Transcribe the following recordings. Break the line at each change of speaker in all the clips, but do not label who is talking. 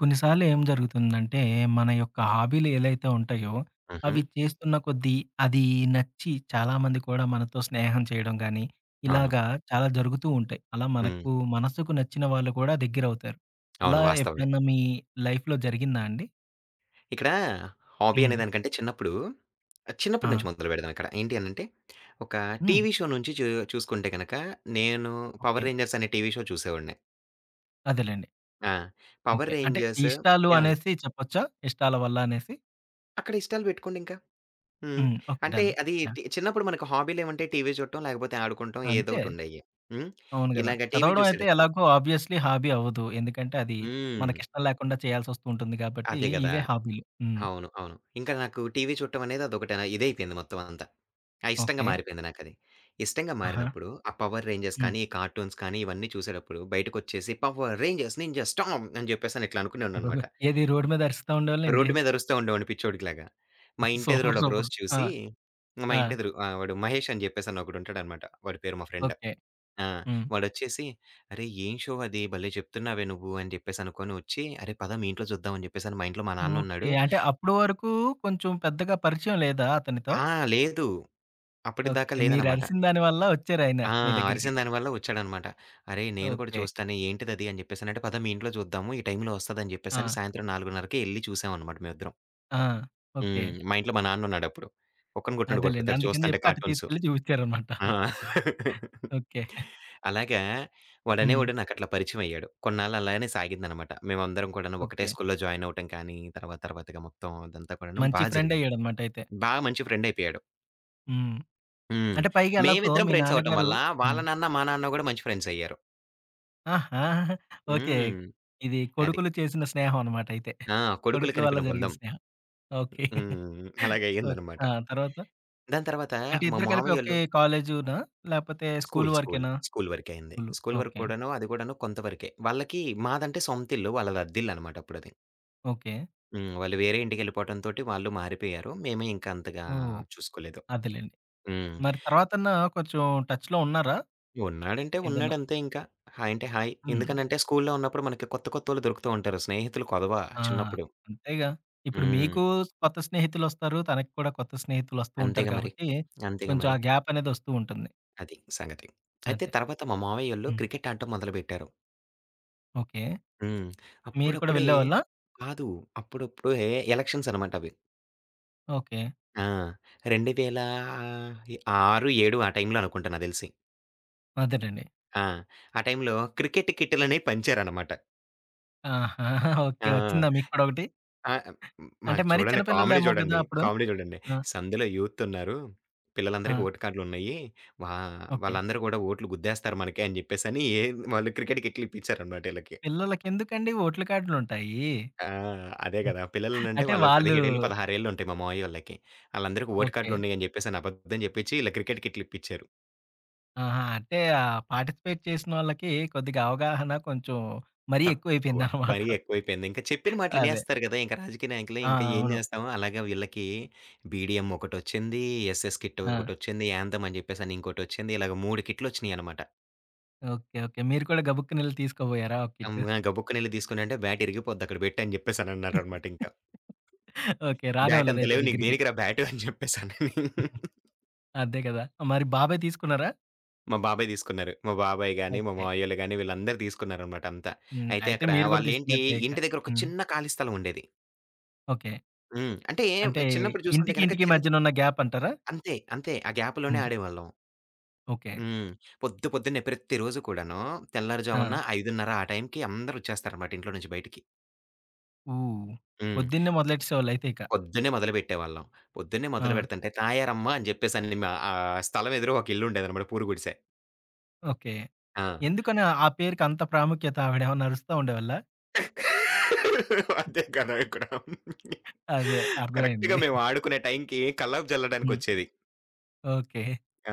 కొన్నిసార్లు ఏం జరుగుతుందంటే, మన యొక్క హాబీలు ఏలైతే ఉంటాయో,
హుహు.
అవి చేస్తున్న కొద్దీ అది నచ్చి చాలామంది కూడా మనతో స్నేహం చేయడం గానీ,
అవును.
ఇలాగా చాలా జరుగుతూ ఉంటాయి. అలా
హ్మ్.
మనకు మనసుకు నచ్చిన వాళ్ళు కూడా దగ్గరవుతారు.
అవును.
అలా
వాస్తవమే.
ఎప్పుడన్నా మీ లైఫ్‌లో జరిగిందా అండి?
ఇక్కడ హాబీ అనే
హ్మ్.
దానికంటే చిన్నప్పుడు,
ఆ!
చిన్నప్పటి నుంచి మొదలు పెడదాం ఇక్కడ. ఏంటి అనంటే, ఒక
హ్మ్.
టీవీ షో నుంచి చూసుకుంటే గనక, నేను
ఓకే.
'పవర్ రేంజర్స్' అనే టీవీ షో చూసేవాడిని.
అదేలెండి.
ఆ! 'Power
okay. అంటే
రేంజర్స్'
ఇష్టాలు
యాహ్!
అనేసి చెప్పొచ్చా? ఇష్టాల వల్ల అనేసి?
అక్కడ ఇష్టాలు పెట్టుకోండింకా. హ్మ్.
హ్మ్. ఓకే.
అంటే
డన్.
అది
యాహ్!
టి చిన్నప్పుడు మనకు హాబీలేమంటే టీవీ చూడటం, లేకపోతే ఆడుకుంటం ఏదో
అంతే.
ఒకటుండేయి. హ్మ్.
అవును గదా!
ఇలాగ టీవీ
చదవడం అయితే
చూసేటప్పుడు
ఎలాగో ఆబ్వియస్‌లీ హాబీ అవ్వదు. ఎందుకంటే అది
హ్మ్.
మనకిష్టం లేకుండా చేయాల్సొస్తూ ఉంటుంది గాబట్టి
అదే గదా!
ఇవే హాబీలు. హ్మ్.
అవును. అవును. ఇంకా నాకు టీవీ చూడటం అనేది అదొకటనా ఇదైపోయింది మొత్తం అంతా. ఆ! ఇష్టంగా
ఓకే.
మారిపోయింది నాకది. ఇష్టంగా
ఆహా!
మారినప్పుడు ఆ 'పవర్ రేంజర్స్'
హ్మ్.
కానీ, ఈ కార్టూన్స్ కానీ ఇవన్నీ చూసేటప్పుడు బయటకొచ్చేసి 'పవర్ రేంజర్స్ నింజా స్టార్మ్' అని జెప్పేసని ఇట్లా అనుకునేవాడిననమాట.
అయ్యబాబోయ్! ఏది రోడ్డు మీద అరుస్తా ఉండేవాళ్ళేంటి?
రోడ్డు మీద అరుస్తా ఉండేవాడిని పిచ్చోడికిలాగా. మా
సూపర్.
ఇంటెదురోళ్ళు
సూపర్.
ఒకరోజు
ఆ!
చూసి మా
ఆ!
ఇంటెదురు వాడు 'మహేష్' అని జెప్పేసని ఒకడుంటాడనమాట. వాడి పేరు మా ఫ్రెండ్.
ఓకే.
ఆ!
హ్మ్.
వాడొచ్చేసి "అరేయ్! ఏం షో అది భలే చెప్తున్నావే నువ్వు" అని జెప్పేసనుకోని వచ్చి "అరే! పద మీ ఇంట్లో చూద్దాం" అని జెప్పేసని మా ఇంట్లో మా నాన్నున్నాడు.
ఓకే. అంటే అప్పడు వరకు కొంచెం పెద్దగా పరిచయం లేదా అతనితో?
ఆ! లేదు.
ఓకే.
అప్పటిదాకా లేదనమాట.
మీరరిసిన దాని వల్ల వచ్చారాయన
ఆ!
మీ దగ్గరికి.
అరిసిన దాని వల్ల వచ్చాడనమాట. "అరేయ్! నేను కూడా
ఓకే.
చూస్తాను ఏంటిదది" అని జెప్పేసనంటే, "పద మీ ఇంట్లో చూద్దాము, ఈ టైంలో వస్తదని" జెప్పేసని
ఆ!
సాయంత్రం 4:30కే ఎళ్లి చూసామనమాట మేమిద్దరం.
ఆ! ఓకే.
హ్మ్. మా ఇంట్లో మా నాన్నున్నాడప్పుడు. కుక్కను కొట్టినట్టు
అదేలెండి.
కొడతాడు
అందుకని
చూస్తంటే
జెప్పి అటు
కార్టూన్స్.
తీసుకెళ్ళి చూపిచ్చారనమాట.
ఆ!
ఓకే.
అలాగా
హ్మ్.
వాడనేవాడు నాకట్లా పరిచయమయ్యాడు. కొన్నాళ్ళు అలానే సాగిందనమాట. మేమందరం కూడాను ఒకటే
ఓకే.
స్కూల్లో జాయినవ్వటం కానీ, తర్వాత తర్వాతగా మొత్తం అదంతా కూడాను
మంచి
బా జరిగింది.
ఫ్రెండయ్యాడనమాట అయితే.
బా మంచి ఫ్రెండయిపోయాడు.
హ్మ్.
హ్మ్.
అంటే పైగా ఎలాగో
మేమిద్దరం
మీ
ఫ్రెండ్స్ అవ్వటం
నాన్నగారు
వల్ల, వాళ్ళ
హ్మ్.
నాన్న, మా నాన్న గూడా మంచి ఫ్రెండ్స్ అయ్యారు.
ఆహా! ఓకే.
హ్మ్.
ఇది
అది.
కొడుకులు చేసిన స్నేహం అన్నమాట అయితే.
ఆ! కొడుకులు
కొడుకుల వల్ల
కనిపిన
జరిగిన
బంధం.
స్నేహం. ఓకే.
హ్మ్.
ఓకే.
అలాగయ్యిందనమాట.
ఆ! తర్వాత?
దాని తర్వాత
అంటే
మా
ఇద్దరు కలిపి ఒకే
మామయ్యోళ్ళు
కాలేజునా? లేపోతే స్కూలు
స్కూల్, స్కూల్.
వరకేనా?
స్కూల్ వరకే అయింది.
స్కూలు.
స్కూల్ వరకు
ఓకే.
కూడాను, అది కూడాను కొంత వరకే. వాళ్ళకి మాదంటే సొంతిల్లు. వాళ్ళది అద్దిల్లనమాట అప్పుడది.
ఓకే.
హ్మ్. వాళ్ళు వేరే ఇంటికెళ్ళిపోవటంతోటి వాళ్ళు మారిపోయారు. మేము ఇంకా అంతగా
ఓహ్!
చూసుకోలేదు.
అదేలెండి.
హ్మ్.
మరి తర్వాతన్నా కొంచెం టచ్‌లో ఉన్నారా?
ఉన్నాడంటే
ఏదన్నా
ఉన్నాడంతే ఇంకా. హాయ్ అంటే హాయ్.
హ్మ్.
ఎందుకనంటే స్కూల్‌లో ఉన్నప్పుడు మనకి కొత్త కొత్తోళ్ళు దొరుకుతూ ఉంటారు. స్నేహితులు కొదవ
ఆ!
చిన్నప్పుడు.
అంతేగా. ఇప్పుడు
హ్మ్.
మీకు కొత్త స్నేహితులొస్తారు. తనకి కూడా కొత్త స్నేహితులొస్తూ ఉంటారు
అంతేగా మరి.
కాబట్టి
అంతేగా
కొంచెం
మరి.
ఆ గ్యాప్ అనేది వస్తూ ఉంటుంది.
అది సంగతి. అయితే
అదే.
తర్వాత మా మావయ్యోళ్ళు
హ్మ్.
క్రికెట్ ఆడటం మొదలుపెట్టారు.
ఓకే.
హ్మ్.
మీరు కూడా
అప్పుడప్పుడే
వెళ్ళేవాళ్ళా?
కాదు. అప్పుడప్పుడే ఎలక్షన్స్ అనమాట అవి.
ఓకే.
ఆ! 2006, 7 ఆ టైంలో అనుకుంటా నాకు తెలిసి.
అదేనండి.
ఆ! ఆ టైంలో క్రికెట్ కిట్‌లనేవి పంచారనమాట.
ఆహా! ఓకే. వచ్చిందా
ఆ!
మీకు కూడా ఒకటి?
ఆ! హ్మ్.
అంటే
మాకు
మరీ
చూడండి
చిన్న
కామెడీ
పిల్లలేమో గదా!
చూడండి.
అప్పుడు.
కామెడీ చూడండి.
ఆ!
సందులో యూతున్నారు.
ఆ!
పిల్లలందరికి ఓటు కార్డులున్నయి. వా
ఓకే.
వాళ్ళందరూ కూడా ఓట్లు గుద్దేస్తారు మనకి అని చెప్పేసని ఏ వాళ్ళు క్రికెట్ కిట్లు ఇప్పించారనమాట ఈళ్ళకి.
పిల్లలకెందుకండి ఓట్ల కార్డులుంటాయి.
ఆ! అదే కదా! పిల్లలనంటే
అంటే
వాళ్ళకి
వాళ్ళు
17 ఏళ్ళు, 16 ఏళ్ళు ఉంటాయి మా మావయ్యోళ్ళకి. ఆళ్ళందరికి ఓటు
ఓకే.
కార్డులున్నయి అని చెప్పేసని అబద్ధం చెప్పించి ఇలా క్రికెట్ కిట్లు ఇప్పించారు.
ఆహా! అంటే ఆహ్, పార్టిసిపేట్ చేసిన వాళ్ళకి కొద్దిగా అవగాహన కొంచెం మరీ
తక్కువ.
ఎక్కువైపోయిందనమాట.
మరీ ఎక్కువైపోయింది. ఇంకా చెప్పిన
అదే.
మాటలినేస్తారు గదా! ఇంక రాజకీయ నాయకులు
ఆ!
ఇంకా ఏం
అవును.
జేస్తాం అలాగా వీళ్ళకి బీడీఎం ఒకటొచ్చింది, ఎస్ఎస్ కిట్
ఆ!
ఒకటొచ్చింది, యాంథమ్ అని జెప్పేసని ఇంకోటొచ్చింది. ఇలాగ 3 కిట్‌లొచ్చినియనమాట.
ఓకే. ఓకే. మీరు కూడా గబుక్కునెళ్లి తీసుకోబోయారా ఒక కిట్టు?
అమ్మా! గబుక్కునెళ్లి తీసుకునంటే బ్యాట్ ఇరిగిపోద్ది అక్కడ బెట్టు అని జెప్పేసనన్నారనమాట ఇంక.
ఓకే.
బ్యాట్ అంత
రానివ్వలేదయితే
లేవు నీకు
దగ్గరికి.
దేనికిరా బ్యాటు అని జెప్పేసనని.
అదే కదా! మరి బాబాయ్ తీసుకున్నారా?
మా బాబాయ్ తీసుకున్నారు. మా బాబాయ్ గాని, మా
ఓకే.
మావయ్యోళ్ళు గాని వీళ్ళందరూ తీసుకున్నారనమాట అంతా.
హ్మ్.
అయితే
అయితే
అక్కడ
మీరు గూడా
వాళ్ళేంటి
తీసుకున్నట్టే ఇక.
ఇంటి దగ్గర ఒక
హ్మ్.
చిన్న ఖాళీ స్థలం ఉండేది.
ఓకే.
హ్మ్. అంటే
అంటే
చిన్నప్పుడు చూసుకుంటే
ఇంటికి,
గనక
ఇంటికి
చిన్న
మధ్యనున్న గ్యాప్ అంటారా?
అంతే. అంతే. ఆ గ్యాప్‌లోనే
హ్మ్.
ఆడేవాళ్ళం.
ఓకే.
హ్మ్. పొద్దు పొద్దున్నే ప్రతిరోజు కూడాను తెల్లారుజామున
ఆ!
5:30 ఆ టైంకి అందరొచ్చేస్తారనమాట ఇంట్లో నుంచి బయటికి.
ఓహ్!
హ్మ్.
పొద్దున్నే మొదలెట్టేసేవాళ్ళయితే ఇక.
పొద్దున్నే మొదలుపెట్టేవాళ్ళం. పొద్దున్నే
ఆ!
మొదలుపెడుతుంటే "తాయారమ్మా" అని జెప్పేసని మా స్థలం ఎదురుగా ఒక ఇల్లుండేదనమాట పూరి గుడిసె.
ఓకే.
ఆ!
ఎందుకని ఆ పేరుకి అంత ప్రాముఖ్యత? ఆవిడేమన్నా అరుస్తా ఉండేవాళ్ళా?
అదే కదా! ఇక్కడ.
అదే. అర్థమైంది.
కరెక్ట్‌గా మేము ఆడుకునే టైంకి కల్లాపు
హ్మ్.
జల్లడానికొచ్చేది.
ఓకే.
ఆ!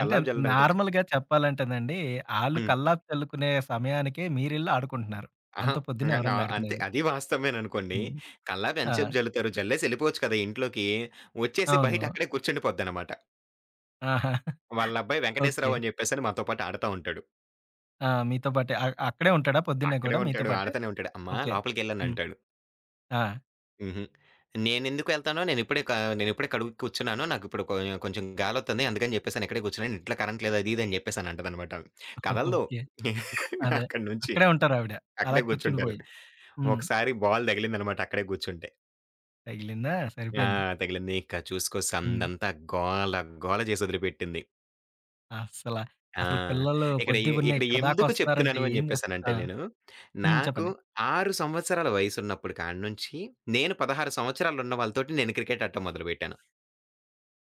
అంటే
జల్లడానికొచ్చి
నార్మల్‌గా చెప్పాలంటేనండి, ఆళ్ళు
హ్మ్.
కల్లాపి చల్లుకునే సమయానికే మీరెళ్లి ఆడుకుంటున్నారు.
అహా!
అంత పొద్దున్నే
ఇంగ నా
ఎవరండి
అంతే.
ఆడుకునేది.
అది వాస్తవమేననుకోండి.
హ్మ్.
కల్లాపి
ఆ!
ఎంతసేపు జల్లుతారు. జల్లేసి ఎళ్ళిపోవచ్చు కదా ఇంట్లోకి. వచ్చేసి
అవును.
బయట అక్కడే కూర్చుండిపోద్దనమాట.
ఆహా!
వాళ్ళ అబ్బాయి
ఓకే.
వెంకటేశ్వరరావు అని చెప్పేసని మాతో పాటు ఆడతా ఉంటాడు.
ఆ! మీతో పాటే. అక్కడే ఉంటాడా పొద్దున్నే
అక్కడే
గూడా మీతో
ఉంటాడు.
పాటే?
ఆడతానే ఉంటాడు. అమ్మా!
ఓకే. హ్మ్.
లోపలికెళ్ళనంటాడు.
ఆ!
హుహు. నేనెందుకు ఎళ్తానో నేనిప్పుడే కడుక్కు కూర్చున్నాను. నాకిప్పుడు కొంచెం గాలొత్తుంది. అందుకని చెప్పేసని ఇక్కడే కూర్చున్నాను. ఇంట్లో కరెంట్ లేదు అది ఇది అని చెప్పేసని అంటదనమాట. కదలదు.
ఓకే. అదే.
అక్కడి నుంచి.
అక్కడే ఉంటారావిడ. అలా
అక్కడే కూర్చుంటారు.
కూర్చుండిపోయి. హ్మ్.
ఒకసారి బాల్ తగిలిందనమాట అక్కడే కూర్చుంటే.
తగిలిందా?
ఆ!
సరిపోయింది.
తగిలింది. ఇక చూసుకో
హ్మ్.
సందంతా గోల, గోల చేసి వదిలిపెట్టింది.
అస్సల.
ఆ!
అసలు పిల్లలు
ఇక్కడ ఎ
పొద్దున్నే
ఇక్కడ
ఇక్కడ
ఎందుకు
దాకొస్తున్నారంటే
చెప్తున్నాను అని
ఏం చేస్తారు?
చెప్పేసానంటే
ఆ!
నేను,
హ్మ్.
నాకు
చెప్పండి.
6 సంవత్సరాల వయసున్నప్పుడు కాడనుంచి, నేను 16 సంవత్సరాలు ఉన్న వాళ్ళతోటి నేను క్రికెట్ ఆడటం మొదలుపెట్టాను.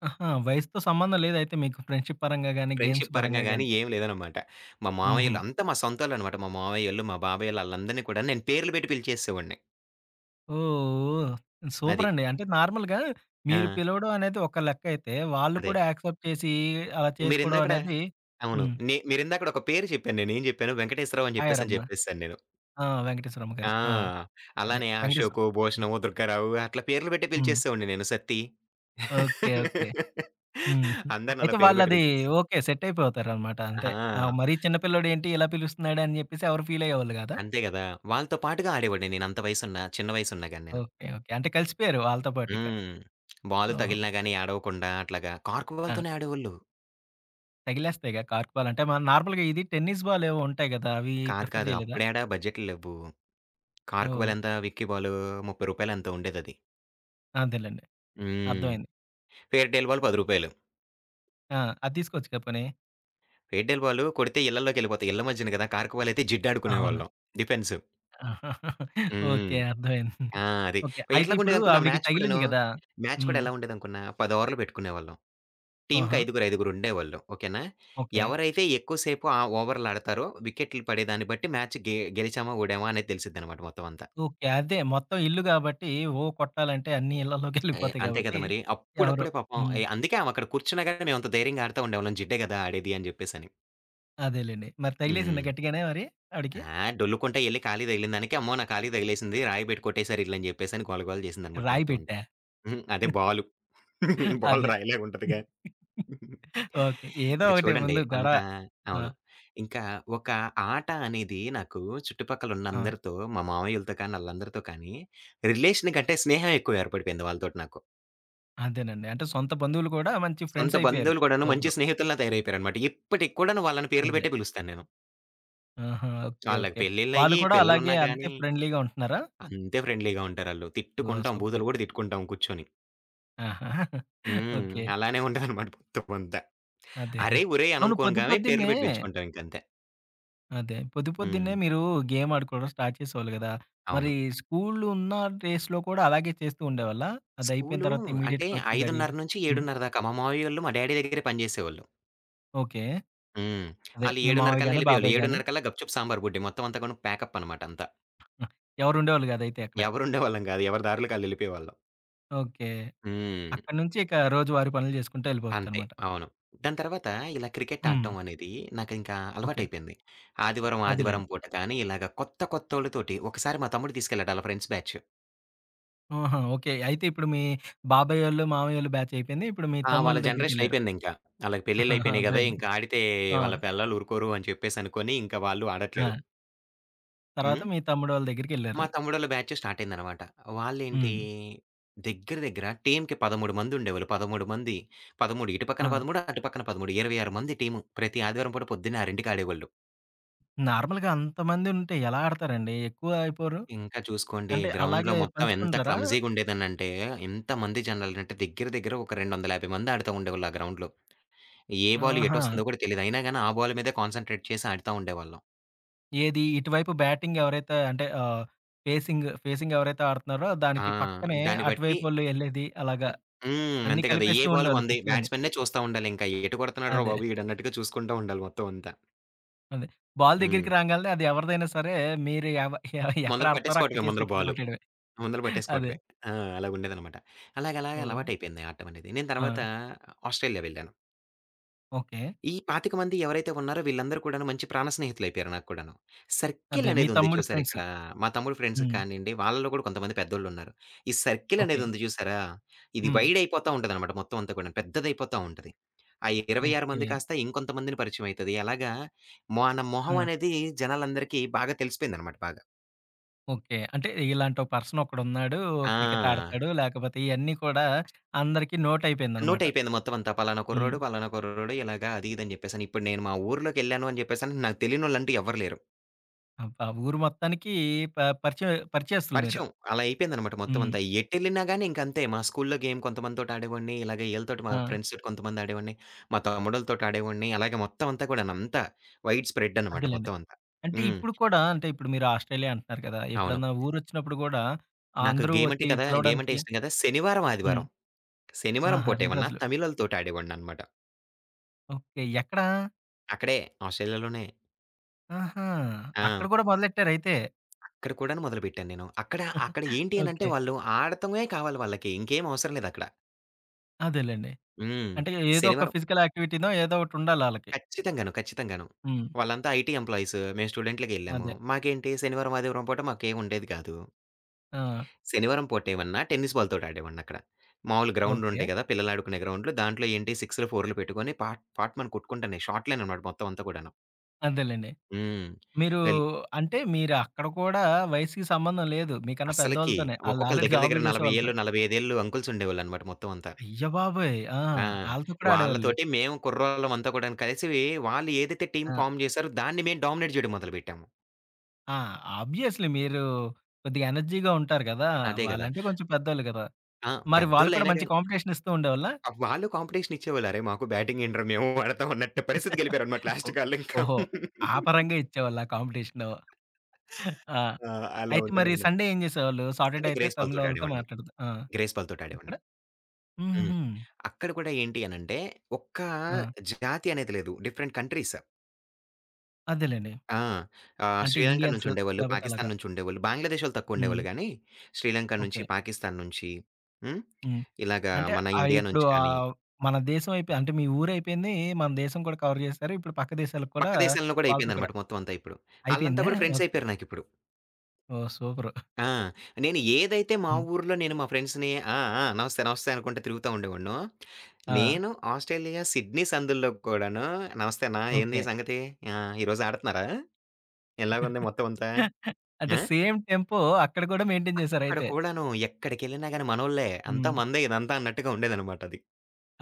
ఆహా! వయసుతో సంబంధం లేదైతే మీకు ఫ్రెండ్‌షిప్ పరంగా గాని, గేమ్స్
ఫ్రెండ్‌షిప్ పరంగా
పరంగా
గాని
గాని.
ఏం లేదనమాట. మా
హుహు.
మామయ్యోళ్ళు అంతా మా సొంతోళ్ళనమాట. మా మామయ్యోళ్ళు, మా బాబాయోళ్ళు ఆళ్ళందరిని కూడా నేను పేర్లు పెట్టి పిలిచేసేవాడిని.
ఓహ్!
అది.
సూపరండి. అంటే నార్మల్‌గా
ఆ!
మీరు పిలవడం అనేది ఒక లెక్కైతే, వాళ్ళు
అదే.
కూడా యాక్సెప్ట్ చేసి అలా చేసుకోవడం
మీరిందాకడ
అనేది
అవును.
హ్మ్.
మీరిందాకడ ఒక పేరు చెప్పాను. నేనేం చెప్పాను వెంకటేశ్వరరావు అని
హాయ్
చెప్పేసని
రమ్య.
చెప్పేసాను నేను.
ఆ! వెంకటేశ్వరమ్మ గారు.
ఆ!
ఆ! అదే
అలానే
వెంకటేశ్వర
అశోకు,
హ్మ్.
భూషణము, దుర్గారావు అట్లా పేర్లు పెట్టి
హ్మ్.
పిలిచేసేవాడిని నేను. సత్తి.
ఓకే. ఓకే. హ్మ్.
అందరిని అలా
అయితే
పేరు పెట్టి
వాళ్ళది
పిలిచేసాను.
ఓకే. సెట్ అయిపోతారనమాట. అంతే. ఆ!
ఆ!
మరీ చిన్న పిల్లోడేంటి ఇలా పిలుస్తున్నాడని చెప్పేసి ఎవరు ఫీల్ అయ్యేవాళ్ళు కాదా?
అంతే గదా! వాళ్ళతో పాటుగా ఆడేవాడిని నేను అంత వయసున్నా, చిన్న వయసున్నా గాని నేను.
ఓకే. ఓకే. అంటే కలిసిపోయారు వాళ్ళతో పాటిక.
హ్మ్. బాల్
ఓహో!
తగిలినా గాని ఏడవకుండా అట్లాగా కార్క్
ఆ!
బాల్‌తోనే ఆడేవాళ్ళు.
తగిలేస్తాయిగా కార్క్ బాల్ అంటే మనం నార్మల్‌గా ఇది టెన్నిస్ బాల్ ఏవో ఉంటాయి కదా! అవి
కాదు,
ప్రిఫర్
కాదు.
చేయలేదా?
అప్పుడేడ బడ్జెట్లు లెవ్వు. కార్క్
ఓహ్!
బాల్ ఎంత? విక్కీ బాలు రూ. 30 ఎంతో ఉండేదది.
అదేలెండి.
హ్మ్.
అర్థమైంది.
ఫెయిర్‌టేల్ బాల్ రూ. 10.
ఆ! అది తీసుకోవచ్చుగా పోనీ.
ఫెయిర్‌టేల్ బాల్ కొడితే ఇళ్ళల్లోకెళ్ళిపోతాయి. ఇళ్ళ మధ్యన గదా! కార్క్ బాల్ అయితే జిడ్డు
అవును.
ఆడుకునేవాళ్ళం. డిఫెన్స్. హ్మ్.
ఓకే. అర్థమైంది.
ఆ! అది.
ఓకే. అయితే ఇప్పుడు
ఎట్లాగుండేదనుకున్నా
ఆవిడకి
మ్యాచ్ కూడాను,
తగిలింది కదా!
మ్యాచ్ కూడా
హ్మ్.
ఎలా ఉండేదనుకున్నా 10 ఓవర్లు పెట్టుకునేవాళ్ళం. టీమ్‌కి
ఆహా!
ఐదుగురు, ఐదుగురు ఉండేవాళ్ళు. ఓకేనా?
ఓకే.
ఎవరైతే ఎక్కువ సేపు ఆ ఓవర్‌లాడతారో వికెట్లు పడేదాన్ని బట్టి మ్యాచ్ గెలిచామా, ఓడామా అనేది తెలిసిద్దనమాట మొత్తం అంతా.
ఓకే. అదే మొత్తం ఇల్లు గాబట్టి, ఓ కొట్టాలంటే అన్ని
ఎ
ఇళ్ళలోకెళ్ళిపోతాయి
అంతే కదా
గాబట్టి,
మరి.
ఎవరు
అప్పుడప్పుడే పాపం
హ్మ్.
అందుకే ఆమె అక్కడ కూర్చున్నా గాని మేమంత ధైర్యంగా ఆడుతా ఉండేవాళ్ళం. జిడ్డే గదా ఆడేది అని జెప్పేసని.
అదేలెండి. మరి తగిలేసిందా
హ్మ్.
గట్టిగానే మరి ఆవిడకి?
ఆ! డొల్లుకుంటా ఎళ్లి కాలికి తగిలినదానికి, అమ్మో! నా కాలికి తగిలేసింది. రాయి పెట్టి కొట్టేసారు ఈళ్ళని జెప్పేసని గోల గోల జేసిందనమాట
రాయి
మొత్తం.
పెట్టా?
హ్మ్. అదే బాలు. బాల్
అదే.
రాయిలాగుంటదిగా.
ఓకే. ఏదో
ఇంక
ఒకటి
చూడండి
ముందు గొడవ.
అంతా
ఆ!
అవును. ఇంకా ఒక ఆట అనేది నాకు చుట్టుపక్కలున్న
ఆ!
అందరితో, మా మామయ్యలతో కానీ, ఆళ్ళందరితో కానీ రిలేషన్ కంటే స్నేహం ఎక్కువ ఏర్పడిపోయింది వాళ్ళతోటి నాకు.
అదేనండి. అంటే సొంత బంధువులు కూడా మంచి
సొంత
ఫ్రెండ్సయిపోయారు.
బంధువులు కూడాను మంచి
సూపరు.
స్నేహితుల్లా తయారైపోయారనమాట. ఇప్పటికి కూడాను వాళ్ళని పేర్లు
అదే.
పెట్టే పిలుస్తాను నేను.
ఆహా! ఓకే.
ఆళ్ళకి
ఓకే. వాళ్ళు
పెళ్ళిళ్ళయ్యి,
కూడా అలాగే
పిల్లలున్నా
అంతే
గానీ
ఫ్రెండ్లీగా ఉంటున్నారా?
అంతే ఫ్రెండ్లీగా ఉంటారాళ్ళు.
ఓహ్!
తిట్టుకుంటాం,
సూపర్.
బూతులు గూడా తిట్టుకుంటాం కూర్చొని.
ఆహా!
హ్మ్.
ఓకే.
అలానే ఉంటదనమాట మొత్తం అంతా.
అదే.
అరేయ్! ఒరేయ్!
అవును. పొద్దు
అనంకోగానే పేర్లు
పొద్దున్నే
పెట్టి పిలుచుకుంటాం ఇంకంతే.
అదే. పొద్దు పొద్దున్నే
హ్మ్.
మీరు గేమ్ ఆడుకోవడం స్టార్ట్ చేసేవాళ్ళు గదా! మరి
అవును.
స్కూలు ఉన్న డేస్‌లో కూడా అలాగే చేస్తూ ఉండేవాళ్ళా? అది అయిపోయిన
స్కూలు
తర్వాత
అంటే
ఇమ్మీడియేట్‌గా వచ్చి రెడీ అవ్వడం. హ్మ్.
5:30-7:30 దాకా మా మామయ్యోళ్ళు మా డ్యాడీ దగ్గరే పని జేసేవాళ్ళు.
ఓకే.
హ్మ్.
అదే
ఆళ్ళు
మీ
7:30
మామయ్య
కల్లా
గాని,
ఎళ్ళిపోయేవాళ్ళు.
బాబాయ్ గాని
7:30 కల్లా గప్‌చుప్ సాంబార్ గుడ్డే మొత్తం అంతా గూడా ప్యాకప్ అనమాట అంతా.
హ్మ్. ఎవరు ఉండేవాళ్ళు గాదు అయితే అక్కడ.
ఎవరుండేవాళ్ళం గాదు. ఎవరి దారులకి ఆళ్ళెళ్ళిపోయేవాళ్ళం.
ఓకే.
హ్మ్.
అక్కడి నుంచి ఇక రోజువారీ పనులు చేసుకుంటూ
అంతే.
వెళ్ళిపోవచ్చనమాట.
అవును. దాని తర్వాత ఇలా క్రికెట్
హ్మ్.
ఆడటం అనేది నాకింకా
ఓకే.
అలవాటయిపోయింది. ఆదివారం,
అదేలెండి.
ఆదివారం పూట కానీ ఇలాగ కొత్త కొత్తోళ్ళతోటి ఒకసారి మా తమ్ముడు తీసుకెళ్ళాడు ఆళ్ళ ఫ్రెండ్స్ బ్యాచ్.
ఆహా! ఓకే. అయితే ఇప్పుడు మీ బాబాయోళ్ళు, మామయ్యోళ్ళు బ్యాచ్ అయిపోయింది. ఇప్పుడు మీ
ఆ!
తమ్ముళ్ళ
వాళ్ళ జనరేషన్
దగ్గరికెళ్లారు.
అయిపోయిందింకా. ఆళ్ళకి పెళ్ళిళ్ళయిపోయినాయి గదా!
అర్థమైంది.
ఇంక ఆడితే
ఆ!
వాళ్ళ పెళ్ళాలు ఊరుకోరు అని చెప్పేసనుకోని ఇంకా వాళ్ళు ఆడట్లేదు.
ఆ! తర్వాత
హ్మ్.
మీ తమ్ముడోళ్ళ దగ్గరికెళ్లారు.
మా తమ్ముడోళ్ళ బ్యాచ్ స్టార్ట్ అయిందనమాట. వాళ్ళేంటి
హ్మ్.
దగ్గర దగ్గర టీమ్‌కి 13 మంది ఉండేవాళ్ళు. 13 మంది 13 ఇటు
ఆ!
పక్కన 13 అటు పక్కన 13 26 మంది టీము. ప్రతి ఆదివారం పూట పొద్దున్న 6కి ఆడేవాళ్ళు.
నార్మల్‌గా అంతమందుంటే ఎలా ఆడతారండి? ఎక్కువ అయిపోరు?
ఇంకా చూసుకోండి
అంటే
గ్రౌండ్‌లో
అలాగే
మొత్తం ఎంత
పంచుకుంటారా?
క్లమ్జీగా ఉండేదనంటే ఎంతమంది జనాలంటే దగ్గర దగ్గర ఒక 250 మంది ఆడుతా ఉండేవాళ్ళు ఆ గ్రౌండ్‌లో. ఏ బాల్
ఆహా!
ఎటొస్తుందో కూడా తెలీదు. అయినా గాని ఆ బాల్ మీదే కాన్సంట్రేట్ చేసి ఆడుతా ఉండేవాళ్ళం.
ఏది ఇటువైపు బ్యాటింగ్ ఎవరైతే అంటే ఆహ్, ఫేసింగ్ ఫేసింగ్ ఎవరైతే ఆడుతున్నారో
ఆ!
దానికి పక్కనే
దాన్ని బట్టి
అటువైపోళ్ళు ఎళ్ళేది అలాగా
హ్మ్. హ్మ్.
అన్నీ
అంతే కదా! ఏ
కలిపేస్తూ
బాల్
ఉండేవాళ్ళు
మనది.
పిచ్చులన్నీ.
బ్యాట్స్‌మెన్‌నే చూస్తా ఉండాలింక. ఎటు కొడుతున్నాడురా
అదే.
బాబు ఈడన్నట్టుగా చూసుకుంటా ఉండాలి మొత్తం అంతా.
అదే. బాల్ దగ్గరికి
హ్మ్.
రాంగాల్నే అది ఎవరిదైనా సరే మీరు ఎ ఎక్కడ
ముందర
ఆడుతున్నారో
పట్టేసుకోవటమే
అక్కడికేసి
ముందర
వికెట్లు
బాలు.
కొట్టేయడమే.
ముందర
అదే.
పట్టేసుకోవటమే. ఆ! అలాగుండేదనమాట. అలాగలాగా
హ్మ్.
అలవాటయిపోయింది ఆడటమనేది. నేను
ఆ!
తర్వాత ఆస్ట్రేలియా వెళ్ళాను.
ఓకే.
ఈ 25 మంది ఎవరైతే ఉన్నారో వీళ్ళందరూ కూడాను మంచి ప్రాణ స్నేహితులయిపోయారు నాకు కూడాను. సర్కిల్
అదే మీ
అనేదుంది
తమ్ముడి
చూసారా
ఫ్రెండ్స్.
ఇక్కడ. మా తమ్ముడు ఫ్రెండ్స్
హ్మ్.
కానియండి, వాళ్ళలో కూడా కొంతమంది పెద్దోళ్ళున్నారు. ఈ సర్కిల్
ఓకే.
అనేదుంది చూసారా? ఇది
హ్మ్.
వైడ్ అయిపోతా ఉంటదనమాట మొత్తం అంతా కూడాను. పెద్దదయిపోతా ఉంటది. ఆ 26 మంది
ఓకే.
కాస్త ఇంకొంతమందిని పరిచయం అయితది. అలాగా మన మొహం
ఆ!
అనేది జనాలందరికీ బాగా తెలిసిపోయిందనమాట బాగా.
ఓకే. అంటే ఇలాంటి ఒక పర్సన్ ఒకడున్నాడు. క్రికెట్
ఆ!
ఆడతాడు. లేకపోతే ఇయన్నీ కూడా అందరికీ నోటయిపోయిందనమాట.
నోటయిపోయింది మొత్తం అంతా. పలానా కుర్రోడు,
హ్మ్.
పలానా కుర్రోడు ఇలాగా అది ఇది అని జెప్పేసని. ఇప్పుడు నేను మా ఊర్లోకెళ్ళాను అని జెప్పేసని నాకు తెలియనోళ్ళంటూ ఎవ్వరు లేరు.
అబ్బా! ఊరు మొత్తానికి ప పరిచయస్తులు మీరు.
పరిచయం. అలా అయిపోయిందనమాట మొత్తం
హ్మ్.
అంతా. ఎటెళ్ళినా గాని ఇంకంతే. మా స్కూల్‌లో గేమ్ కొంతమందితోటి ఆడేవాడిని. ఇలాగ ఈళ్ళతోటి మా
ఆ!
ఫ్రెండ్స్ తోటి కొంతమంది ఆడేవాడిని. మా తమ్ముడోళ్ళతోటి ఆడేవాడిని. అలాగే మొత్తం అంతా కూడాను. అంతా వైడ్ స్ప్రెడ్ అనమాట
అదేలెండి.
మొత్తం అంతా.
అంటే
హ్మ్.
ఇప్పుడు కూడా అంటే ఇప్పుడు మీరు ఆస్ట్రేలియా అంటున్నారు కదా!
అవును.
ఎప్పుడన్నా ఊరొచ్చినప్పుడు గూడా
నాకు
అందరూ
గేమ్ అంటే
వచ్చి
కదా! గేమ్ అంటే
పిలవడానికి
ఇష్టం కదా! శనివారం,
హ్మ్.
ఆదివారం. శనివారం
ఆహా!
పూట
2
ఏమన్నా
రోజులు.
తమిళోళ్ళతోటి ఆడేవాడిననమాట.
ఓకే. ఎక్కడ?
అక్కడే ఆస్ట్రేలియాలోనే.
ఆహా! అక్కడ
ఆ!
గూడా మొదలెట్టారయితే.
అక్కడ కూడాను మొదలుపెట్టాను నేను. అక్కడ అక్కడ ఏంటి అనంటే
ఓకే.
వాళ్ళు ఆడటమే కావాలి వాళ్ళకి. ఇంకేం అవసరం లేదక్కడ.
అదేలెండి.
హ్మ్.
అంటే ఏదో ఒక
శనివారం
ఫిజికల్ యాక్టివిటీనో ఏదో ఒకటుండాలాళ్ళకి.
ఖచ్చితంగాను. ఖచ్చితంగాను.
హ్మ్.
వాళ్ళంతా ఐటీ ఎంప్లాయీస్. మేము స్టూడెంట్‌లగే ఎళ్ళాము.
అదే.
మాకేంటి శనివారం, ఆదివారం పూట మాకేముండేది కాదు.
ఆ!
శనివారం పూట ఏమన్నా టెన్నిస్ బాల్‌తోటి ఆడేవాడినక్కడ. మామూలు
ఓకే.
గ్రౌండ్‌లుంటాయి కదా! పిల్లలాడుకునే గ్రౌండ్‌లు. దాంట్లో ఏంటి 6లు, 4లు పెట్టుకొని పాట్ పాట్‌మని కొట్టుకుంటున్నాయి. షార్ట్‌లేననమాట మొత్తం అంతా కూడాను.
అదేలెండి.
హ్మ్.
మీరు
వెల్
అంటే మీరు అక్కడ కూడా వయసుకి సంబంధం లేదు. మీకన్నా
అస్సలకి
పెద్దవాళ్ళతోనే. ఆళ్ళు
ఒక్కొక్కళ్ళ
ఆల్రెడీ
దగ్గర దగ్గర
జాబులు
40
చేసేవాళ్ళతో.
ఏళ్ళు, 45 ఏళ్ళు అంకుల్స్ ఉండేవాళ్ళనమాట మొత్తం అంతా.
అయ్యబాబోయ్! ఆ!
ఆ!
ఆళ్ళతో కూడా ఆడేవాళ్ళు.
వాళ్ళతోటి మేము కుర్రోళ్ళమంతా కూడాను కలిసి వాళ్ళు ఏదైతే టీమ్
ఆ!
ఫార్మ్ చేసారో దాన్ని మేము డామినేట్ చేయడం మొదలుపెట్టాము.
ఆ! ఆబ్వియస్లీ మీరు కొద్దిగా ఎనర్జీగా ఉంటారు కదా!
అదే కదా!
వాళ్ళంటే కొంచెం పెద్దోళ్ళు కదా!
ఆ!
మరి వాళ్ళు కూడా
పెద్దోళ్ళయినా
మంచి
గాని
కాంపిటీషన్ ఇస్తూ ఉండేవాళ్ళా?
ఆ! వాళ్ళు కాంపిటీషన్ ఇచ్చేవాళ్ళు. అరేయ్! మాకు బ్యాటింగ్ ఏంట్రా మేము ఆడతాం అన్నట్టు పరిస్థితికి వెళ్ళిపోయారన్నమాట లాస్ట్
ఓహ్!
వాళ్ళింకా.
ఓహో! ఆ పరంగా ఇచ్చేవాళ్ళా కాంపిటీషను. ఆ!
ఆ! అలా
అయితే మరి
ఉండేదన్నమాట.
సండే ఏం చేసేవాళ్ళు? సాటర్‌డే
అంటే
అయితే
గ్రేస్
తమిళ్
బాల్‌తోటి
వాళ్ళతో
ఆడేవాడిని.
మాట్లాడుతూ ఆ!
గ్రేస్ బాల్‌తోటి
ఇక్కడ
ఆడేవాడిని. హ్మ్.
హుహు.
అక్కడ కూడా ఏంటి అనంటే ఒక్క
ఆ!
జాతి అనేది లేదు. Different countries.
అదేలెండి.
ఆ! ఆహ్,
అంటే
శ్రీలంక
ఇండియన్స్
నుంచి ఉండేవాళ్ళు,
లేపోతే
పాకిస్తాన్
అలాగా.
నుంచి ఉండేవాళ్ళు, బంగ్లాదేశ్ వాళ్ళు తక్కువ
హ్మ్.
ఉండేవాళ్ళు గానీ, శ్రీలంక నుంచి,
ఓకే.
పాకిస్తాన్ నుంచి హ్మ్.
హ్మ్.
ఇలాగ
అంటే
మన
ఆహ్,
ఇండియా
ఇప్పుడు
నుంచి కానీ,
ఆహ్, మన దేశం అయిపోయి అంటే మీ ఊరైపోయింది. మన దేశం కూడా కవర్ చేశారు. ఇప్పుడు పక్క దేశాలకు
పక్క
కూడా
దేశాలను కూడా
వాళ్ళతో కూడా
అయిపోయిందన్నమాట మొత్తం అంతా ఇప్పుడు. ఆళ్ళంతా
అయిపోయిందా?
కూడా ఫ్రెండ్స్
ఓకే.
అయిపోయారు నాకిప్పుడు.
ఓహ్! సూపరు.
ఆ! నేను ఏదైతే మా
హ్మ్.
ఊర్లో నేను మా ఫ్రెండ్స్‌ని ఆ! ఆ! నమస్తే, నమస్తే అనుకుంట తిరుగుతా ఉండేవాడినో,
ఆ!
నేను ఆస్ట్రేలియా సిడ్నీ సందుల్లో కూడాను నమస్తే అన్న
ఓకే.
ఏంది సంగతి? ఆ! ఈరోజు ఆడతన్నారా? ఎలాగుంది మొత్తం అంతా?
అంటే
ఆ!
సేమ్ టెంపో అక్కడ కూడా మెయింటైన్
అక్కడ
చేశారయితే.
కూడాను ఎక్కడికెళ్ళినా గాని మనోళ్ళే. అంతా
హ్మ్.
మందే ఇదంతా అన్నట్టుగా ఉండేదనమాట అది.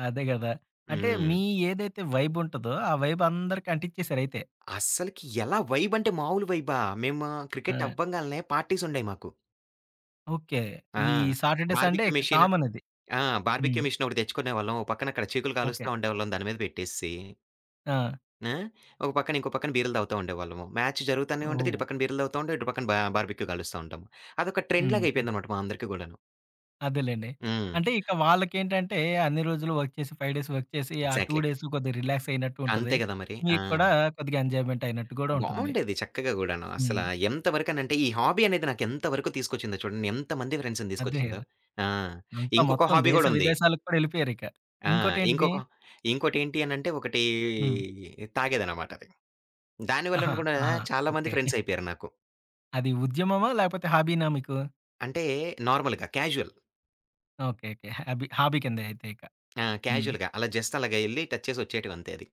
అదే గదా! అంటే
హ్మ్.
మీ ఏదైతే వైబ్ ఉంటదో ఆ వైబ్ అందరికి అంటించేసారయితే.
అస్సలకి ఎలా వైబ్ అంటే మామూలు వైబా! మేము
ఆ!
క్రికెట్ అవ్వంగాల్నే పార్టీస్ ఉండేయి మాకు.
ఓకే.
ఆ!
ఈ సాటర్‌డే, సండే
బార్బిక్యూ
ఇక
మెషిన్
కామన్ అది.
ఆ!
హ్మ్.
బార్బిక్యూ మెషిన్ ఒకటి తెచ్చుకునేవాళ్ళం. ఓ పక్కన అక్కడ చీకులు
ఓకే.
కాలుస్తా ఉండేవాళ్ళం దాని మీద పెట్టేసేసి.
ఆ!
ఆ! ఒక పక్కన ఇంకో పక్కన బీర్లు తాగుతా ఉండేవాళ్ళము. మ్యాచ్ జరుగుతానే ఉంటది.
ఓహ్!
ఇటు పక్కన బీర్లు తాగుతా ఉంటాం. ఇటు పక్కన బార్బెక్యూ కాలుస్తా ఉంటాము. అదొక ట్రెండ్‌లాగా
హ్మ్.
అయిపోయిందనమాట మా అందరికీ గూడాను.
అదేలెండి.
హ్మ్.
అంటే ఇక వాళ్ళకేంటంటే అన్ని రోజులు వర్క్ చేసి 5 డేస్ వర్క్ చేసి, ఆ 2
ఎగ్జాక్ట్‌లీ.
డేస్ కొద్దిగా రిలాక్స్ అయినట్టు ఉంటది.
అంతే గదా మరి. ఆ!
మీకు కూడా కొద్దిగా ఎంజాయ్‌మెంట్ అయినట్టు గూడా ఉంటుంది.
బావుండేది చక్కగా గూడాను. అసల
హ్మ్.
ఎంత వరకనంటే ఈ హాబీ అనేది నాకెంత వరకు తీసుకొచ్చిందో చూడండి. ఎంతమంది ఫ్రెండ్స్‌ని
అదే
తీసుకొచ్చిందో.
గదా!
ఆ!
అంతా
ఇంకొక
మొత్తం
హాబీ
దేశ
గూడా ఉంది.
విదేశాలకు కూడా ఎళ్ళిపోయారిక.
ఆ!
ఇంకోటేంటిది
ఇంకొక ఇంకోటేంటి అనంటే ఒకటి
హ్మ్.
తాగేదనమాట అది. దాని వలన
ఆహా!
గూడా
ఆహా!
చాలా మంది
ఓకే.
ఫ్రెండ్స్ అయిపోయారు నాకు.
అది ఉద్యమమా? లేకపోతే హాబీనా మీకు?
అంటే నార్మల్‌గా casual.
Okay. Okay. Hobby hobby కిందే అయితే ఇక.
ఆ!
హ్మ్.
క్యాజుయల్‌గా అలా జస్ట్ అలాగా ఎళ్లి టచ్ చేసి వచ్చేయటం అంతే అది.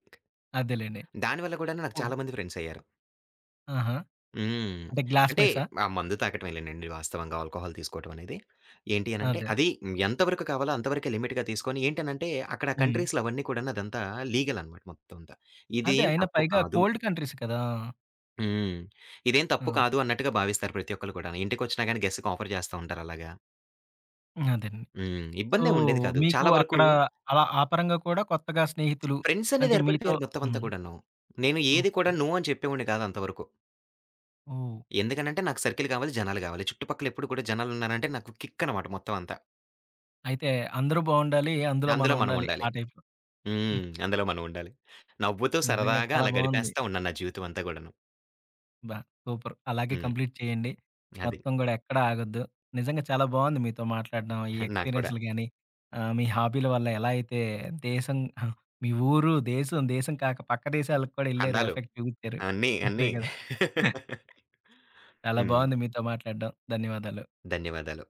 అదేలెండి.
దానివల్ల గూడాను నాకు
ఓహ్!
చాలా మంది ఫ్రెండ్స్ అయ్యారు.
ఆహా!
హ్మ్.
అంటే
అంటే
గ్లాస్‌మేట్సా?
ఆ మందు తాగటమేలేనండి వాస్తవంగా ఆల్కహాల్ తీసుకోవటం అనేది. ఏంటి అనంటే
అదే.
అది ఎంతవరకు కావాలో అంతవరకే లిమిట్‌గా తీసుకొని ఏంటనంటే అక్కడ
హ్మ్.
కంట్రీస్‌లో అవన్నీ కూడాను అదంతా లీగల్ అనమాట మొత్తం అంతా.
అదే
ఇదేం
అయినా
తప్పు
పైగా
కాదు.
కోల్డ్ కంట్రీస్ కదా!
హ్మ్. ఇదేం
ఆ!
తప్పు కాదు అన్నట్టుగా భావిస్తారు ప్రతి ఒక్కళ్ళు కూడాను. ఇంటికొచ్చినా గాని గెస్ట్‌కి ఆఫర్ చేస్తా ఉంటారు అలాగా.
అదేండి.
హ్మ్.
సో,
ఇబ్బందేం ఉండేది కాదు.
మీకు
చాలా వరకు
అక్కడ అలా ఆ పరంగా కూడా కొత్తగా స్నేహితులు
ఫ్రెండ్స్ అనేది
అంటే మీతో
ఏర్పడిపోయారు మొత్తం అంతా
హ్మ్.
కూడాను. నేను ఏది
ఓకే.
కూడా నో అని చెప్పేవాడిని కాదు అంతవరకు.
ఓహ్!
ఎందుకనంటే నాకు సర్కిల్ కావాలి, జనాలు గావాలి. చుట్టుపక్కల ఎప్పుడు కూడా జనాలున్నారంటే నాకు కిక్ అనమాట మొత్తం అంతా.
అయితే అందరూ బావుండాలి. అందులో మనం
అందులో మనం
ఉండాలి.
ఉండాలి.
ఆ టైప్‌లో. హ్మ్.
హ్మ్. అందులో మనం ఉండాలి. నవ్వుతూ
నిజంగా
సరదాగా
చాలా
అలా
బావుంది.
గడిపేస్తా ఉన్నాను నా జీవితం అంతా గూడాను.
అబ్బా! సూపర్. అలాగే
హ్మ్.
కంప్లీట్ చేయండి.
అది.
మొత్తం గూడా ఎక్కడ ఆగొద్దు. నిజంగా చాలా బావుంది మీతో మాట్లాడడం. ఈ
నాకు కూడా.
ఎక్స్‌పీరియన్స్‌లు గాని, ఆహ్, మీ హాబీల వల్ల ఎలా అయితే దేశం మీ ఊరు, దేశం, దేశం కాక పక్క దేశాలకు కూడా ఎళ్లారు.
ఖండాలు
ఎఫెక్ట్ చూపిచ్చారు.
అన్నీ,
అదే
అన్నీ.
గదా! చాలా
హ్మ్.
బావుంది మీతో మాట్లాడడం. ధన్యవాదాలు.
ధన్యవాదాలు.